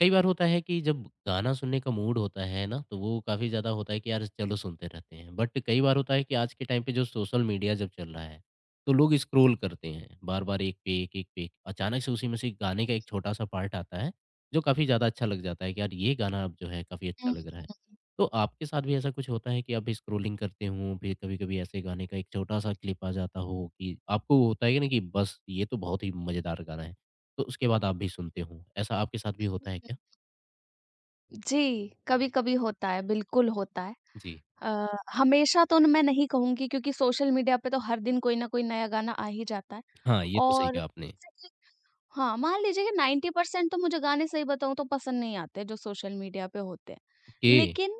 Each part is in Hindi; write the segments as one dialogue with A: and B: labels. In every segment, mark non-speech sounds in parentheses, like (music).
A: कई बार होता है कि जब गाना सुनने का मूड होता है ना तो वो काफ़ी ज़्यादा होता है कि यार चलो सुनते रहते हैं बट कई बार होता है कि आज के टाइम पे जो सोशल मीडिया जब चल रहा है तो लोग स्क्रोल करते हैं बार बार एक पे एक अचानक से उसी में से गाने का एक छोटा सा पार्ट आता है जो काफ़ी ज़्यादा अच्छा लग जाता है कि यार ये गाना अब जो है काफ़ी
B: हुँ,
A: अच्छा लग रहा
B: हुँ।
A: है तो आपके साथ भी ऐसा कुछ होता है कि आप स्क्रोलिंग करते हो फिर कभी कभी ऐसे गाने का एक छोटा सा क्लिप आ जाता हो कि आपको होता है कि ना कि बस ये तो बहुत ही मज़ेदार गाना है तो उसके बाद आप भी सुनते हो ऐसा आपके साथ भी होता है क्या
B: जी, कभी-कभी होता है, बिल्कुल होता है।
A: जी।
B: अ, हमेशा तो न मैं नहीं कहूँगी क्योंकि सोशल मीडिया पे तो हर दिन कोई न कोई नया गाना आ ही जाता है।
A: हाँ, ये तो सही
B: और
A: कहा आपने।
B: जैसे कि हाँ, मान लीजिए कि 90% तो मुझे गाने सही बताऊँ तो पसंद नहीं आते जो सोशल मीडिया पे होते हैं।
A: ओके।
B: लेकिन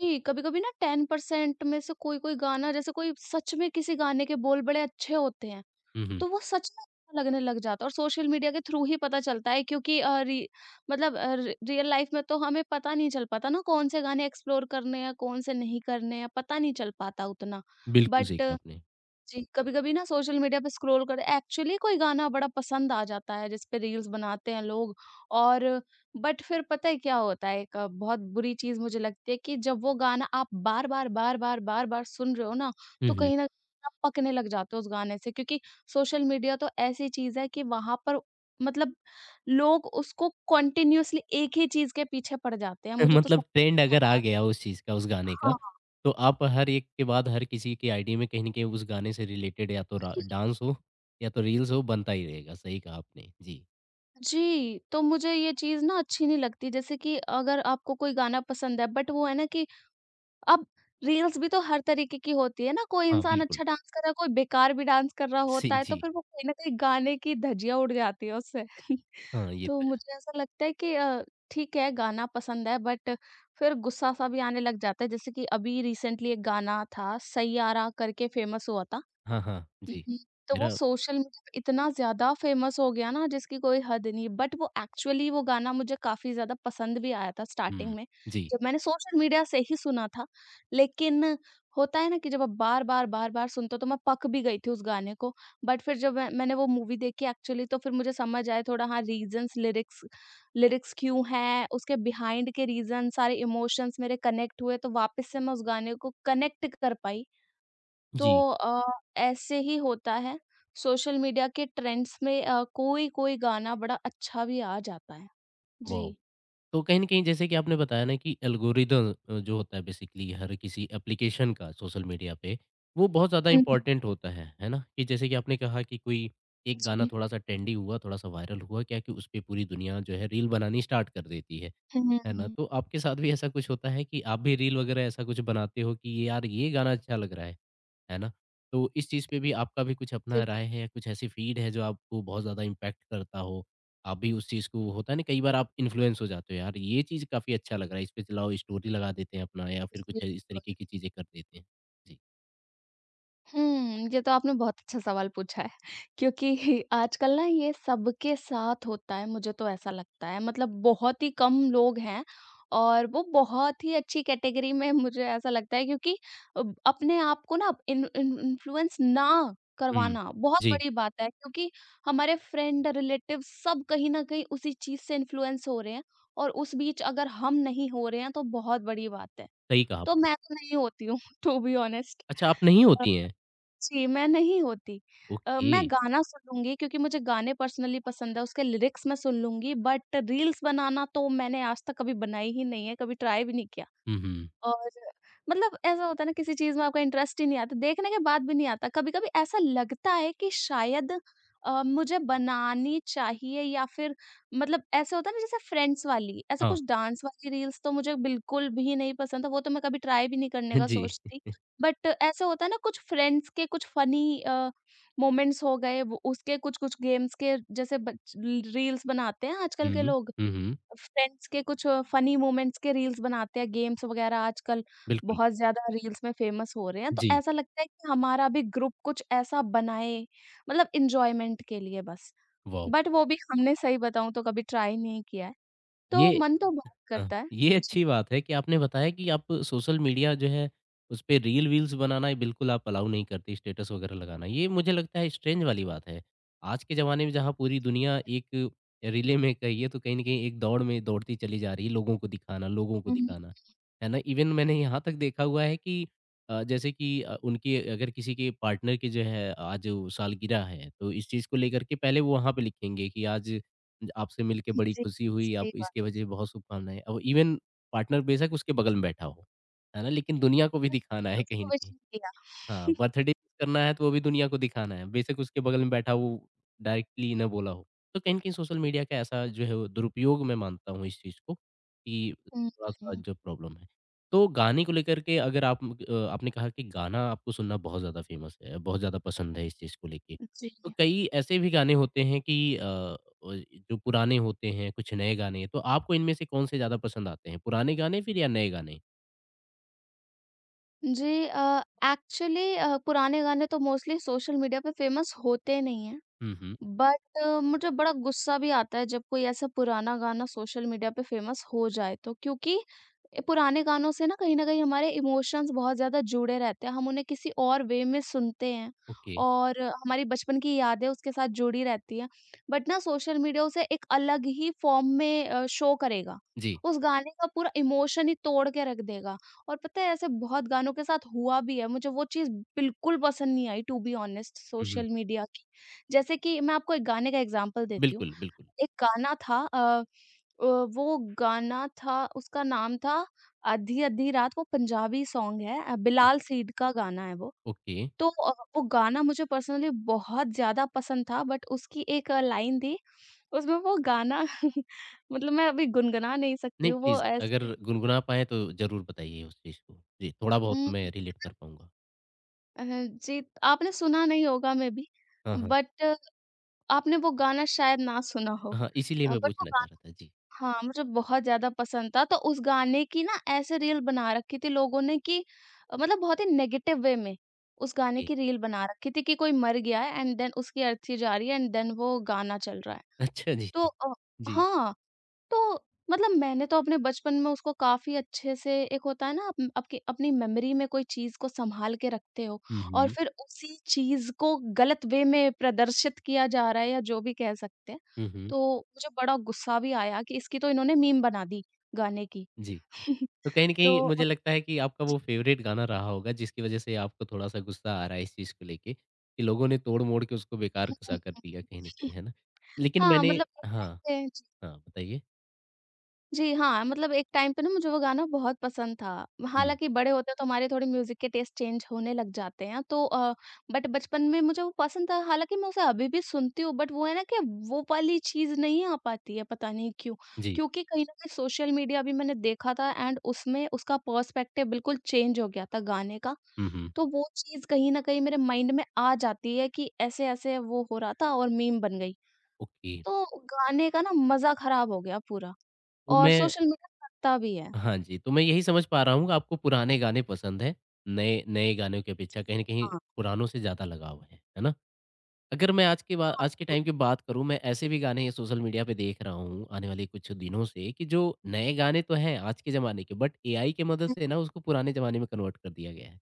B: जी, कभी-कभी ना 10% में से कोई-कोई गाना जैसे कोई सच में किसी गाने के बोल बड़े अच्छे होते हैं
A: हुँ, हुँ।
B: तो वो सच में अच्छा लगने लग जाता है और सोशल मीडिया के थ्रू ही पता चलता है क्योंकि अ, रि मतलब अ, रि रियल लाइफ में तो हमें पता नहीं चल पाता ना कौन से गाने एक्सप्लोर करने हैं, कौन से नहीं करने हैं, पता नहीं चल पाता उतना।
A: बिल्कुल सही
B: बट
A: कहा आपने।
B: जी, कभी-कभी ना सोशल मीडिया पे स्क्रॉल कर एक्चुअली कोई गाना बड़ा पसंद आ जाता है जिस पे रील्स बनाते हैं लोग और बट फिर पता है क्या होता है एक बहुत बुरी चीज़ मुझे लगती है कि जब वो गाना आप बार-बार, बार-बार, बार-बार सुन रहे हो ना,
A: हुँ,
B: तो
A: हुँ।
B: कहीं न आप पकने लग जाते हो उस गाने से क्योंकि सोशल मीडिया तो ऐसी चीज़ है कि वहाँ पर मतलब लोग उसको कंटीन्यूअसली एक ही चीज़ के पीछे पड़ जाते हैं, मुझे
A: (laughs)
B: तो
A: मतलब
B: समझ
A: ट्रेंड
B: नहीं
A: अगर आ
B: आता
A: गया उस चीज़ का, उस गाने का,
B: हाँ।
A: तो आप हर एक के बाद हर किसी की आईडी में कहीं न कहीं उस गाने से रिलेटेड या तो रा डांस हो या तो रील्स हो, बनता ही रहेगा। सही कहा आपने। जी।
B: जी, तो मुझे ये चीज़ ना अच्छी नहीं लगती जैसे कि अगर आपको कोई गाना पसंद है बट वो है ना कि अब रील्स भी तो हर तरीके की होती है ना, कोई
A: हाँ,
B: इंसान
A: बिल्कुल।
B: अच्छा डांस कर रहा है, कोई बेकार भी डांस कर रहा होता
A: सी
B: है, तो
A: जी।
B: फिर वो कहीं न कहीं गाने की धज्जियाँ उड़ जाती है उससे। (laughs)
A: हाँ, ये
B: तो
A: तो है।
B: मुझे ऐसा लगता है कि ठीक है गाना पसंद है बट फिर गुस्सा-सा भी आने लग जाता है जैसे कि अभी रिसेंटली एक गाना था सैयारा करके फेमस हुआ था।
A: हाँ, हाँ। जी।
B: हुँ। तो वो
A: मेरा
B: सोशल मीडिया पे इतना ज़्यादा फ़ेमस हो गया ना जिसकी कोई हद नहीं, बट वो एक्चुअली वो गाना मुझे काफ़ी ज़्यादा पसंद भी आया था स्टार्टिंग
A: हुँ।
B: में,
A: जी।
B: जब मैंने सोशल मीडिया से ही सुना था। लेकिन होता है ना कि जब आप बार-बार, बार-बार सुनते हो तो मैं पक भी गई थी उस गाने को, बट फिर जब मैंने वो मूवी देखी एक्चुअली तो फिर मुझे समझ आया थोड़ा हाँ रीज़न्स लिरिक्स लिरिक्स क्यों हैं, उसके बिहाइंड के रीज़न सारे इमोशंस मेरे कनेक्ट हुए तो वापस से मैं उस गाने को कनेक्ट कर पाई तो
A: जी।
B: अ, ऐसे ही होता है। सोशल मीडिया के ट्रेंड्स में कोई-कोई गाना बड़ा अच्छा भी आ जाता है।
A: वाओ!
B: जी।
A: तो कहीं न कहीं जैसे कि आपने बताया ना कि एल्गोरिदम जो होता है बेसिकली हर किसी एप्लीकेशन का सोशल मीडिया पे, वो बहुत ज़्यादा
B: हुँ, हुँ।
A: इम्पोर्टेंट होता है ना? कि जैसे कि आपने कहा कि कोई एक गाना
B: जी।
A: थोड़ा-सा ट्रेंडी हुआ, थोड़ा-सा वायरल हुआ क्या कि उसपे पूरी दुनिया जो है रील बनानी स्टार्ट कर देती
B: हुँ, हुँ,
A: है ना?
B: हुँ।
A: तो आपके साथ भी ऐसा कुछ होता है कि आप भी रील वगैरह ऐसा कुछ बनाते हो कि ये यार ये गाना अच्छा लग रहा है ना? तो इस चीज़ पे भी आपका भी कुछ
B: जी,
A: अपना
B: जी।
A: राय है या कुछ ऐसी फ़ीड है जो आपको बहुत ज़्यादा इम्पैक्ट करता हो? आप भी उस चीज़ को होता है ना कई बार आप इन्फ्लुएंस हो जाते हो यार ये चीज़ काफ़ी अच्छा लग रहा है, इस पे चलाओ स्टोरी लगा देते हैं अपना या फिर कुछ इस
B: बिल्कुल।
A: तरीके की चीज़ें कर देते हैं। जी।
B: हुँ, ये तो आपने बहुत अच्छा सवाल पूछा है (laughs) क्योंकि आजकल ना ये सबके साथ होता है, मुझे तो ऐसा लगता है। मतलब बहुत ही कम लोग हैं और वो बहुत ही अच्छी कैटेगरी में (laughs) मुझे ऐसा लगता है क्योंकि अब अपने आप को ना इन इन इन्फ्लुएंस ना
A: हुँ।
B: करवाना बहुत
A: जी,
B: बड़ी बात है क्योंकि हमारे फ्रेंड, रिलेटिव सब कहीं न कहीं उसी चीज़ से इन्फ्लुएंस हो रहे हैं और उस बीच अगर हम नहीं हो रहे हैं तो बहुत बड़ी बात है।
A: सही कहा
B: तो
A: आपने।
B: मैं तो नहीं होती हूँ (laughs) टू बी ऑनेस्ट।
A: अच्छा आप नहीं
B: अ
A: होती हैं?
B: जी, मैं नहीं होती।
A: ओके।
B: मैं गाना सुन लूँगी क्योंकि मुझे गाने पर्सनली पसंद है, उसके लिरिक्स मैं सुन लूँगी बट रील्स बनाना तो मैंने आज तक कभी बनाई ही नहीं है, कभी ट्राई भी नहीं किया।
A: हुँ, हुँ।
B: और मतलब ऐसा होता है ना किसी चीज़ में आपका इंटरेस्ट ही नहीं आता, देखने के बाद भी नहीं आता। कभी-कभी ऐसा लगता है कि शायद मुझे बनानी चाहिए या फिर मतलब ऐसे होता है ना जैसे फ्रेंड्स वाली, ऐसा
A: हाँ।
B: कुछ डांस वाली रील्स तो मुझे बिल्कुल भी नहीं पसंद था, वो तो मैं कभी ट्राई भी नहीं करने
A: (laughs)
B: का
A: जी।
B: सोचती। बट ऐसा होता है ना कुछ फ्रेंड्स के कुछ फ़नी मोमेंट्स हो गए, वो उसके कुछ-कुछ गेम्स के जैसे बच रील्स बनाते हैं आजकल के
A: हुँ।
B: लोग।
A: हुँ, हुँ।
B: फ्रेंड्स के कुछ फनी मोमेंट्स के रील्स बनाते हैं, गेम्स वगैरह आजकल
A: बिल्कुल।
B: बहुत ज़्यादा रील्स में फेमस हो रहे हैं, तो
A: जी।
B: ऐसा लगता है कि हमारा भी ग्रुप कुछ ऐसा बनाए मतलब एन्जॉयमेंट के लिए बस।
A: वाओ!
B: बट वो भी हमने सही बताऊँ तो कभी ट्राई नहीं किया है, तो
A: ये
B: मन तो बहुत
A: हाँ,
B: करता है।
A: ये
B: जी।
A: अच्छी बात है कि आपने बताया कि आप सोशल मीडिया जो है, उसपे रील वील्स बनाना बिल्कुल आप अलाउ नहीं करती, स्टेटस वगैरह लगाना। ये मुझे लगता है स्ट्रेंज वाली बात है। आज के ज़माने में जहाँ पूरी दुनिया एक रिले में कहिए तो कहीं न कहीं एक दौड़ में दौड़ती चली जा रही है, लोगों को दिखाना, लोगों को
B: हुँ, हुँ।
A: दिखाना। है ना? इवन मैंने यहाँ तक देखा हुआ है कि उनके अगर किसी के पार्टनर की जो है आज वो सालगिरह है, तो इस चीज़ को लेकर के पहले वो वहाँ पे लिखेंगे कि आज आपसे मिलके बड़ी
B: जी,
A: खुशी हुई, आप
B: सही बात,
A: इसकी वजह से बहुत शुभकामनाएँ। अब इवन पार्टनर बेशक उसके बगल में बैठा हो, है ना? लेकिन दुनिया को भी दिखाना है कहीं
B: उसको
A: न
B: विश
A: कहीं।
B: नहीं किया।
A: हाँ, बर्थडे करना है तो वो भी दुनिया को दिखाना है, बेशक उसके बगल में बैठा वो डायरेक्टली ना बोला हो। तो कहीं न कहीं सोशल मीडिया का ऐसा जो है वो दुरुपयोग मैं मानता हूँ इस चीज़ को कि
B: हुँ,
A: थोड़ा-सा
B: हुँ।
A: जो प्रॉब्लम है। तो गाने को लेकर के अगर आप आपने कहा कि गाना आपको सुनना बहुत ज़्यादा फ़ेमस है, बहुत ज़्यादा पसंद है इस चीज़ को लेके।
B: जी।
A: तो कई ऐसे भी गाने होते हैं कि अ, व जो पुराने होते हैं, कुछ नए गाने, तो आपको इनमें से कौन-से ज़्यादा पसंद आते हैं? पुराने गाने फिर या नए गाने?
B: जी एक्चुअली पुराने गाने तो मोस्टली सोशल मीडिया पे फेमस होते नहीं हैं।
A: हुँ, हुँ।
B: बट मुझे बड़ा गुस्सा भी आता है जब कोई ऐसा पुराना गाना सोशल मीडिया पे फेमस हो जाए तो क्योंकि पुराने गानों से ना कहीं हमारे इमोशंस बहुत ज्यादा जुड़े रहते हैं हम उन्हें किसी और वे में सुनते हैं
A: ओके।
B: और हमारी बचपन की यादें उसके साथ जुड़ी रहती हैं बट ना सोशल मीडिया उसे एक अलग ही फॉर्म में शो करेगा
A: जी।
B: उस गाने का पूरा इमोशन ही तोड़ के रख देगा और पता है ऐसे बहुत गानों के साथ हुआ भी है मुझे वो चीज़ बिल्कुल पसंद नहीं आई टू बी ऑनेस्ट
A: हुँ, हुँ।
B: सोशल मीडिया की जैसे कि मैं आपको एक गाने का एग्ज़ाम्पल देती हूँ।
A: बिल्कुल, बिल्कुल।
B: एक गाना था अ, वो गाना था उसका नाम था आधी अधी रात वो पंजाबी सॉन्ग है बिलाल सीड का गाना है वो।
A: ओके।
B: तो वो गाना मुझे पर्सनली बहुत ज़्यादा पसंद था बट उसकी एक लाइन थी, उसमें वो गाना (laughs) मतलब मैं अभी गुनगुना नहीं सकती
A: नहीं
B: हूँ वो
A: प्लीज़ अगर
B: ऐसे
A: गुनगुना पाएँ तो ज़रूर बताइए उस चीज़ को। जी, थोड़ा बहुत
B: उम,
A: मैं रिलेट कर पाऊँगा।
B: अ, जी आपने सुना नहीं होगा मे बी
A: हाँ, हाँ।
B: बट आपने वो गाना शायद ना सुना हो।
A: हाँ, इसीलिए मैं
B: बट वो
A: पूछना चाह
B: गाना
A: रहा था। जी,
B: हाँ, मुझे बहुत ज़्यादा पसंद था, तो उस गाने की ना ऐसे रील बना रखी थी लोगों ने कि मतलब बहुत ही नेगेटिव वे में, उस गाने
A: जी।
B: की रील बना रखी थी कि कोई मर गया है एंड देन उसकी अर्थी जा रही है एंड देन वो गाना चल रहा है।
A: अच्छा जी।
B: तो
A: जी।
B: हाँ, तो मतलब मैंने तो अपने बचपन में उसको काफ़ी अच्छे से एक होता है ना आप आपकी अपनी मेमोरी में कोई चीज़ को सँभाल के रखते हो
A: हुँ,
B: और
A: हुँ।
B: फिर उसी चीज़ को गलत वे में प्रदर्शित किया जा रहा है या जो भी कह सकते हैं।
A: हुँ, हुँ।
B: तो मुझे बड़ा गुस्सा भी आया कि इसकी तो इन्होंने मीम बना दी गाने की।
A: जी।
B: (laughs)
A: तो कहीं न
B: तो
A: कहीं मुझे
B: अ,
A: लगता है कि आपका
B: जी
A: वो फ़ेवरेट गाना रहा होगा जिसकी वज़ह से आपको थोड़ा-सा गुस्सा आ रहा है इस चीज़ को लेके, कि लोगों ने तोड़-मोड़ के उसको बेकार सा कर दिया कहीं न कहीं, है ना? लेकिन
B: हाँ,
A: मैंने
B: मतलब उस
A: हाँ,
B: टाइम पे
A: हाँ बताइए।
B: जी, हाँ, मतलब एक टाइम पे ना मुझे वो गाना बहुत पसंद था।
A: हुँ।
B: हालाँकि बड़े होते तो हमारे थोड़े म्यूज़िक के टेस्ट चेंज होने लग जाते हैं तो बट बचपन में मुझे वो पसंद था। हालाँकि मैं उसे अभी भी सुनती हूँ बट वो है ना कि वो वाली चीज़ नहीं आ पाती है पता नहीं क्यों?
A: जी।
B: क्योंकि कहीं न कहीं सोशल मीडिया भी मैंने देखा था एंड उसमें उसका पर्सपेक्टिव बिल्कुल चेंज हो गया था गाने का।
A: हुँ, हुँ।
B: तो वो चीज़ कहीं न कहीं मेरे माइंड में आ जाती है कि ऐसे-ऐसे वो हो रहा था और मीम बन गई।
A: ओके।
B: तो गाने का ना मज़ा खराब हो गया पूरा।
A: तो
B: और
A: मैं
B: सोशल मीडिया करता भी है।
A: हाँ जी, तो मैं यही समझ पा रहा हूँ कि आपको पुराने गाने पसंद हैं, नए नए गानों की अपेक्षा कहीं न कहीं
B: हाँ,
A: पुरानों से ज़्यादा लगाव है ना? अगर मैं
B: हाँ,
A: आज के
B: बिल्कुल।
A: टाइम की बात करूँ, मैं ऐसे भी गाने सोशल मीडिया पे देख रहा हूँ आने वाले कुछ दिनों से कि जो नए गाने तो हैं आज के ज़माने के बट एआई की मदद
B: हुँ,
A: से ना उसको पुराने ज़माने में कन्वर्ट कर दिया गया है।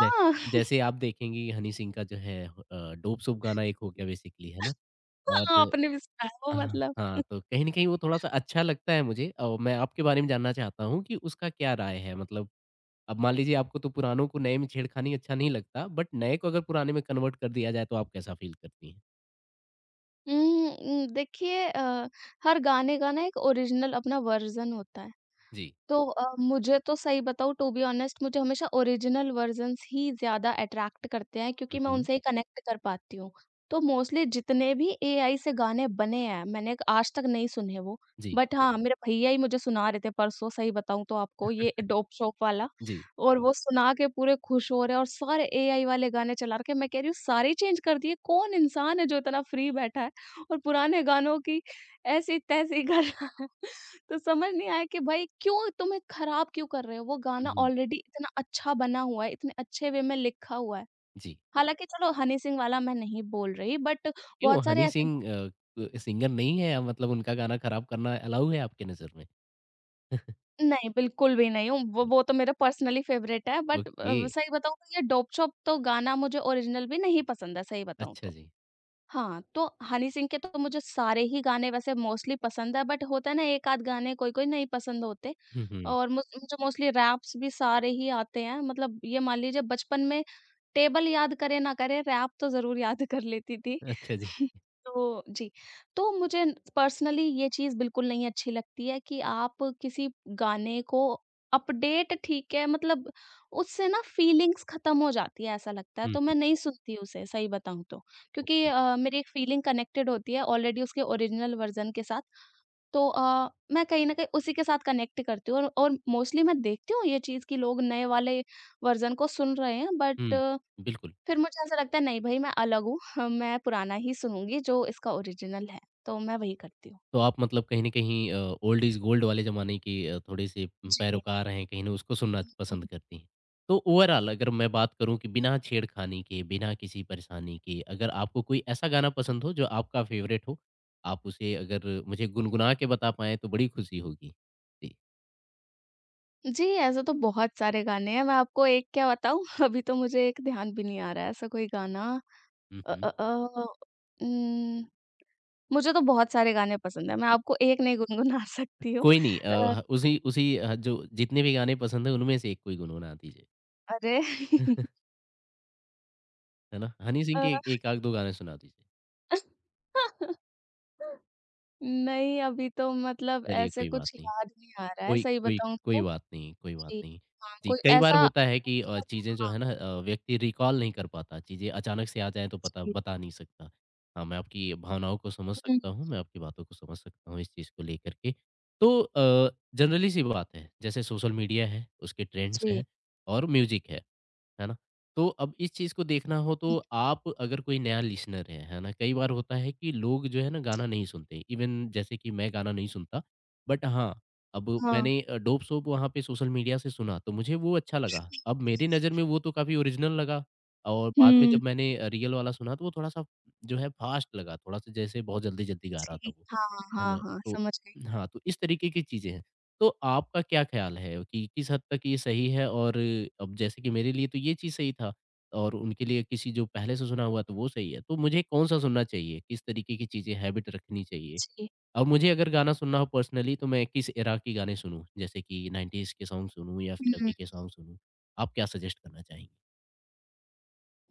A: जै
B: (laughs)
A: जैसे आप देखेंगी हनी सिंह का जो है डोप-सोप गाना एक हो गया बेसिकली है ना? और
B: हाँ, आपने भी सुना है वो
A: हाँ,
B: मतलब।
A: हाँ, तो कहीं न कहीं वो थोड़ा-सा अच्छा लगता है मुझे और मैं आपके बारे में जानना चाहता हूँ कि उसका क्या राय है? मतलब अब मान लीजिए आपको तो पुरानों को नए में छेड़खानी अच्छा नहीं लगता, बट नए को अगर पुराने में कन्वर्ट कर दिया जाए तो आप कैसा फ़ील करती हैं?
B: देखिए हर गाने का ना एक ओरिजिनल अपना वर्ज़न होता है।
A: जी।
B: तो मुझे तो सही बताऊँ टू बी ऑनेस्ट मुझे हमेशा ओरिजिनल वर्ज़न्स ही ज़्यादा अट्रैक्ट करते हैं क्योंकि
A: हुँ,
B: मैं
A: हुँ।
B: उनसे ही कनेक्ट कर पाती हूँ। तो मोस्टली जितने भी एआई से गाने बने हैं, मैंने आज तक नहीं सुने वो।
A: जी,
B: बट हाँ, मेरे भैया ही मुझे सुना रहे थे परसों सही बताऊँ तो आपको ये डोप शोप वाला
A: जी।
B: और वो सुना के पूरे खुश हो रहे हैं और सारे एआई वाले गाने चला रखे हैं। मैं कह रही हूँ सारे ही चेंज कर दिए, कौन इंसान है जो इतना फ्री बैठा है और पुराने गानों की ऐसी-तैसी (laughs) कर रहा है। तो समझ नहीं आया कि भाई क्यों तुम एक खराब क्यों कर रहे हो? वो गाना
A: हुँ, हुँ।
B: ऑलरेडी इतना अच्छा बना हुआ है, इतने अच्छे वे में लिखा हुआ है।
A: जी।
B: हालाँकि चलो हनी सिंह वाला मैं नहीं बोल रही बट
A: क्यों
B: बहुत सारे
A: हनी
B: ऐसे गा
A: सिंह क सिंगर नहीं है मतलब उनका गाना खराब करना अलाउ है आपकी नज़र में? (laughs)
B: नहीं, बिल्कुल भी नहीं हूँ, वो तो मेरा पर्सनली फेवरेट है बट
A: ओके।
B: सही बताऊँ तो ये डोप-शोप तो गाना मुझे ओरिजिनल भी नहीं पसंद है, सही बताऊँ
A: अच्छा
B: तो।
A: जी।
B: हाँ, तो हनी सिंह के तो मुझे सारे ही गाने वैसे मोस्टली पसंद है बट होता है ना एक-आध गाने कोई-कोई नहीं पसंद होते
A: हुँ, हुँ।
B: और मुझे मोस्टली रैप्स भी सारे ही आते हैं। मतलब ये मान लीजिए बचपन में टेबल याद करे ना करे रैप तो ज़रूर याद (laughs) कर लेती थी।
A: अच्छा जी।
B: तो जी, तो मुझे पर्सनली ये चीज़ बिल्कुल नहीं अच्छी लगती है कि आप किसी गाने को अपडेट ठीक है मतलब उससे ना फीलिंग्स ख़त्म हो जाती है ऐसा लगता है,
A: हुँ,
B: तो मैं
A: हुँ।
B: नहीं सुनती उसे सही बताऊँ तो। क्योंकि
A: ओके।
B: मेरी एक फीलिंग कनेक्टेड होती है ऑलरेडी उसके ओरिजिनल वर्ज़न के साथ, तो मैं कहीं न कहीं उसी के साथ कनेक्ट करती हूँ और मोस्टली मैं देखती हूँ ये चीज़ कि लोग नए वाले वर्ज़न को सुन रहे हैं बट
A: हुँ, बिल्कुल।
B: फिर मुझे ऐसा लगता है नहीं भई मैं अलग हूँ, (laughs) हाँ, मैं पुराना ही सुनूँगी जो इसका ओरिजिनल है, तो मैं वही करती हूँ।
A: तो आप मतलब कहीं न कहीं ओल्ड इज़ गोल्ड वाले ज़माने की थोड़े-से
B: जी,
A: पैरोकार हैं, कहीं न उसको सुनना
B: हुँ।
A: पसंद करती हैं। तो ओवरऑल अगर मैं बात करूँ कि बिना छेड़खानी के, बिना किसी परेशानी के, अगर आपको कोई ऐसा गाना पसंद हो जो आपका फ़ेवरेट हो, आप उसे अगर मुझे गुनगुना के बता पाएँ तो बड़ी खुशी होगी। जी।
B: जी, ऐसे तो बहुत सारे गाने हैं, मैं आपको एक क्या बताऊँ? (laughs) अभी तो मुझे एक ध्यान भी नहीं आ रहा है ऐसा कोई गाना
A: हुँ,
B: अ अ
A: हुँ।
B: अ, उम, मुझे तो बहुत सारे गाने पसंद हैं, मैं आपको एक नहीं गुनगुना (laughs) सकती हूँ।
A: कोई नहीं अ,
B: अ,
A: ह उसी उसी जो जितने भी गाने पसंद हैं उनमें से एक कोई गुनगुना दीजिए।
B: अरे! (laughs)
A: (laughs) है ना? हनी
B: अ,
A: सिंह के 1 आध 2 गाने सुना दीजिए।
B: (laughs) नहीं अभी तो मतलब
A: चलिए
B: ऐसे
A: कोई बात
B: कुछ
A: नहीं।
B: याद नहीं आ रहा है,
A: कोई
B: सही
A: कोई
B: बताऊँ
A: कोई
B: तो।
A: बात नहीं, कोई बात
B: जी।
A: नहीं।
B: हाँ,
A: जी,
B: कोई
A: कई बार
B: ऐसा
A: होता है कि
B: अच्छा
A: चीज़ें जो
B: हाँ,
A: है ना व्यक्ति रिकॉल नहीं कर पाता, चीज़ें अचानक से आ जाएँ तो पता
B: जी।
A: बता नहीं सकता। हाँ, मैं आपकी भावनाओं को समझ
B: हुँ,
A: सकता हूँ, मैं आपकी बातों को समझ सकता हूँ इस चीज़ को लेकर के। तो जनरली सी बात है, जैसे सोशल मीडिया है, उसके ट्रेंड्स
B: जी।
A: हैं और म्यूज़िक है ना? तो अब इस चीज़ को देखना हो तो आप अगर कोई नया लिसनर है ना? कई बार होता है कि लोग जो है ना गाना नहीं सुनते, इवन जैसे कि मैं गाना नहीं सुनता, बट हाँ अब
B: हाँ।
A: मैंने डोप-सोप वहाँ पे सोशल मीडिया से सुना, तो मुझे वो अच्छा लगा। अब मेरी नज़र में वो तो काफ़ी ओरिजिनल लगा और बाद में
B: हुँ,
A: जब मैंने रियल वाला सुना, तो वो थोड़ा-सा जो है फ़ास्ट लगा, थोड़ा-सा जैसे बहुत जल्दी-जल्दी गा रहा
B: जी।
A: था वो,
B: हाँ,
A: है
B: हाँ,
A: ना?
B: हाँ,
A: तो
B: समझ गई।
A: हाँ, तो इस तरीके की चीज़ें हैं। तो आपका क्या ख़्याल है कि किस हद तक ये सही है और अब जैसे कि मेरे लिए तो ये चीज़ सही था और उनके लिए किसी जो पहले से सुना हुआ, तो वो सही है। तो मुझे कौन-सा सुनना चाहिए? किस तरीके की चीज़ें हैबिट रखनी चाहिए?
B: जी।
A: अब मुझे अगर गाना सुनना हो पर्सनली तो मैं किस एरा के गाने सुनूँ? जैसे कि 90s के सॉन्ग सुनूँ या फिर
B: हुँ।
A: अभी के सॉन्ग सुनूँ? आप क्या सजेस्ट करना चाहेंगे?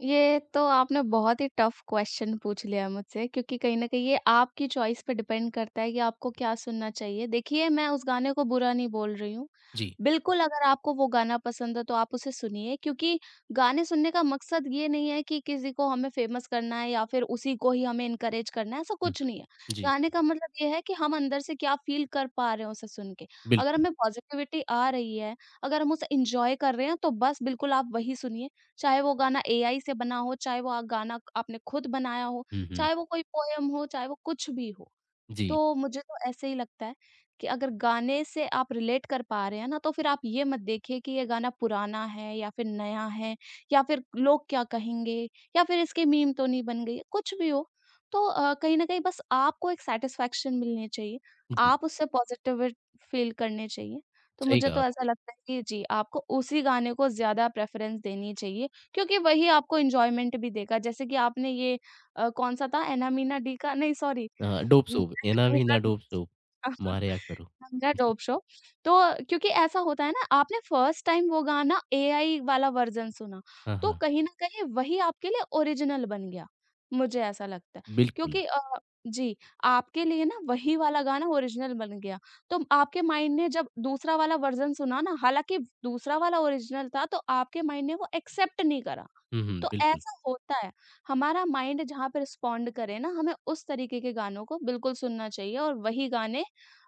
B: ये तो आपने बहुत ही टफ क्वेश्चन पूछ लिया मुझसे क्योंकि कहीं न कहीं ये आपकी चॉइस पे डिपेंड करता है कि आपको क्या सुनना चाहिए। देखिए, मैं उस गाने को बुरा नहीं बोल रही हूँ।
A: जी।
B: बिल्कुल अगर आपको वो गाना पसंद है तो आप उसे सुनिए क्योंकि गाने सुनने का मकसद ये नहीं है कि किसी को हमें फेमस करना है या फिर उसी को ही हमें एनकरेज करना है, ऐसा
A: हुँ,
B: कुछ
A: हुँ।
B: नहीं है।
A: जी,
B: गाने का मतलब ये है कि हम अंदर से क्या फ़ील कर पा रहे हैं उसे सुन के। अगर
A: बिल्कुल।
B: हमें पॉज़िटिविटी आ रही है, अगर हम उसे एन्जॉय कर रहे हैं तो बस बिल्कुल आप वही सुनिए। चाहे वो गाना एआई से बना हो, चाहे वो गाना आपने खुद बनाया हो,
A: हुँ, हुँ।
B: चाहे वो कोई पोएम हो, चाहे वो कुछ भी हो।
A: जी,
B: तो मुझे तो ऐसे ही लगता है कि अगर गाने से आप रिलेट कर पा रहे हैं ना, तो फिर आप ये मत देखिए कि ये गाना पुराना है या फिर नया है या फिर लोग क्या कहेंगे या फिर इसकी मीम तो नहीं बन गई है, कुछ भी हो। तो कहीं न कहीं बस आपको एक सैटिस्फैक्शन मिलनी चाहिए,
A: जी।
B: आप उससे पॉज़िटिव फ़ील करने चाहिए। तो
A: सही
B: मुझे
A: कहा
B: तो ऐसा
A: आपने।
B: लगता है कि जी, आपको उसी गाने को ज़्यादा प्रेफ़रेंस देनी चाहिए क्योंकि वही आपको एन्जॉयमेंट भी देगा। जैसे कि आपने ये कौन-सा था एना मीना डी का नहीं सॉरी
A: डोप
B: हुँ,
A: सोप, एना
B: नंगा
A: वीना
B: डोप
A: डोप सोप
B: शो।
A: मारया करो।
B: (laughs) मेरा
A: जी।
B: Dope show. तो क्योंकि ऐसा होता है ना आपने फर्स्ट टाइम वो गाना एआई वाला वर्ज़न सुना,
A: हाँ,
B: तो
A: हाँ।
B: कहीं न कहीं वही आपके लिए ओरिजिनल बन गया, मुझे ऐसा लगता है।
A: बिल्कुल।
B: क्योंकि जी, आपके लिए ना वही वाला गाना ओरिजिनल बन गया। तो आपके माइंड ने जब दूसरा वाला वर्ज़न सुना ना, हालाँकि दूसरा वाला ओरिजिनल था तो आपके माइंड ने वो एक्सेप्ट नहीं करा।
A: हुँ, हुँ।
B: तो
A: बिल्कुल।
B: ऐसा होता है, हमारा माइंड जहाँ पे रिस्पॉन्ड करे ना, हमें उस तरीके के गानों को बिल्कुल सुनना चाहिए और वही गाने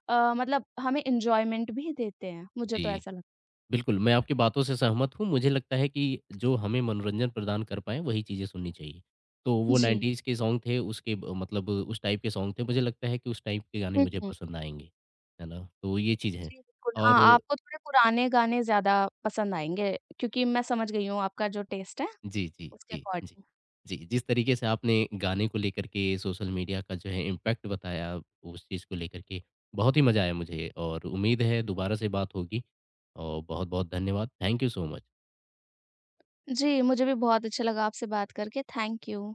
B: मतलब हमें एन्जॉयमेंट भी देते हैं, मुझे तो
A: जी।
B: ऐसा लग
A: बिल्कुल, मैं आपकी बातों से सहमत हूँ। मुझे लगता है कि जो हमें मनोरंजन प्रदान कर पाएँ, वही चीज़ें सुननी चाहिए। तो वो
B: जी।
A: 90s के सॉन्ग थे, उसके ब मतलब उस टाइप के सॉन्ग थे। मुझे लगता है कि उस टाइप के गाने
B: हुँ,
A: मुझे
B: हुँ।
A: पसंद आएँगे, है ना? तो ये चीज़ है
B: जी, बिल्कुल।
A: और
B: हाँ, आपको थोड़े पुराने गाने ज़्यादा पसंद आएँगे क्योंकि मैं समझ गई हूँ आपका जो टेस्ट है,
A: जी, जी,
B: उसके
A: जी, जी।
B: अकॉर्डिंग।
A: जी, जिस तरीके से आपने गाने को लेकर के सोशल मीडिया का जो है इम्पैक्ट बताया, उस चीज़ को लेकर के बहुत ही मज़ा आया मुझे और उम्मीद है दोबारा से बात होगी और बहुत-बहुत धन्यवाद। Thank you so much.
B: जी, मुझे भी बहुत अच्छा लगा आपसे बात करके, थैंक यू।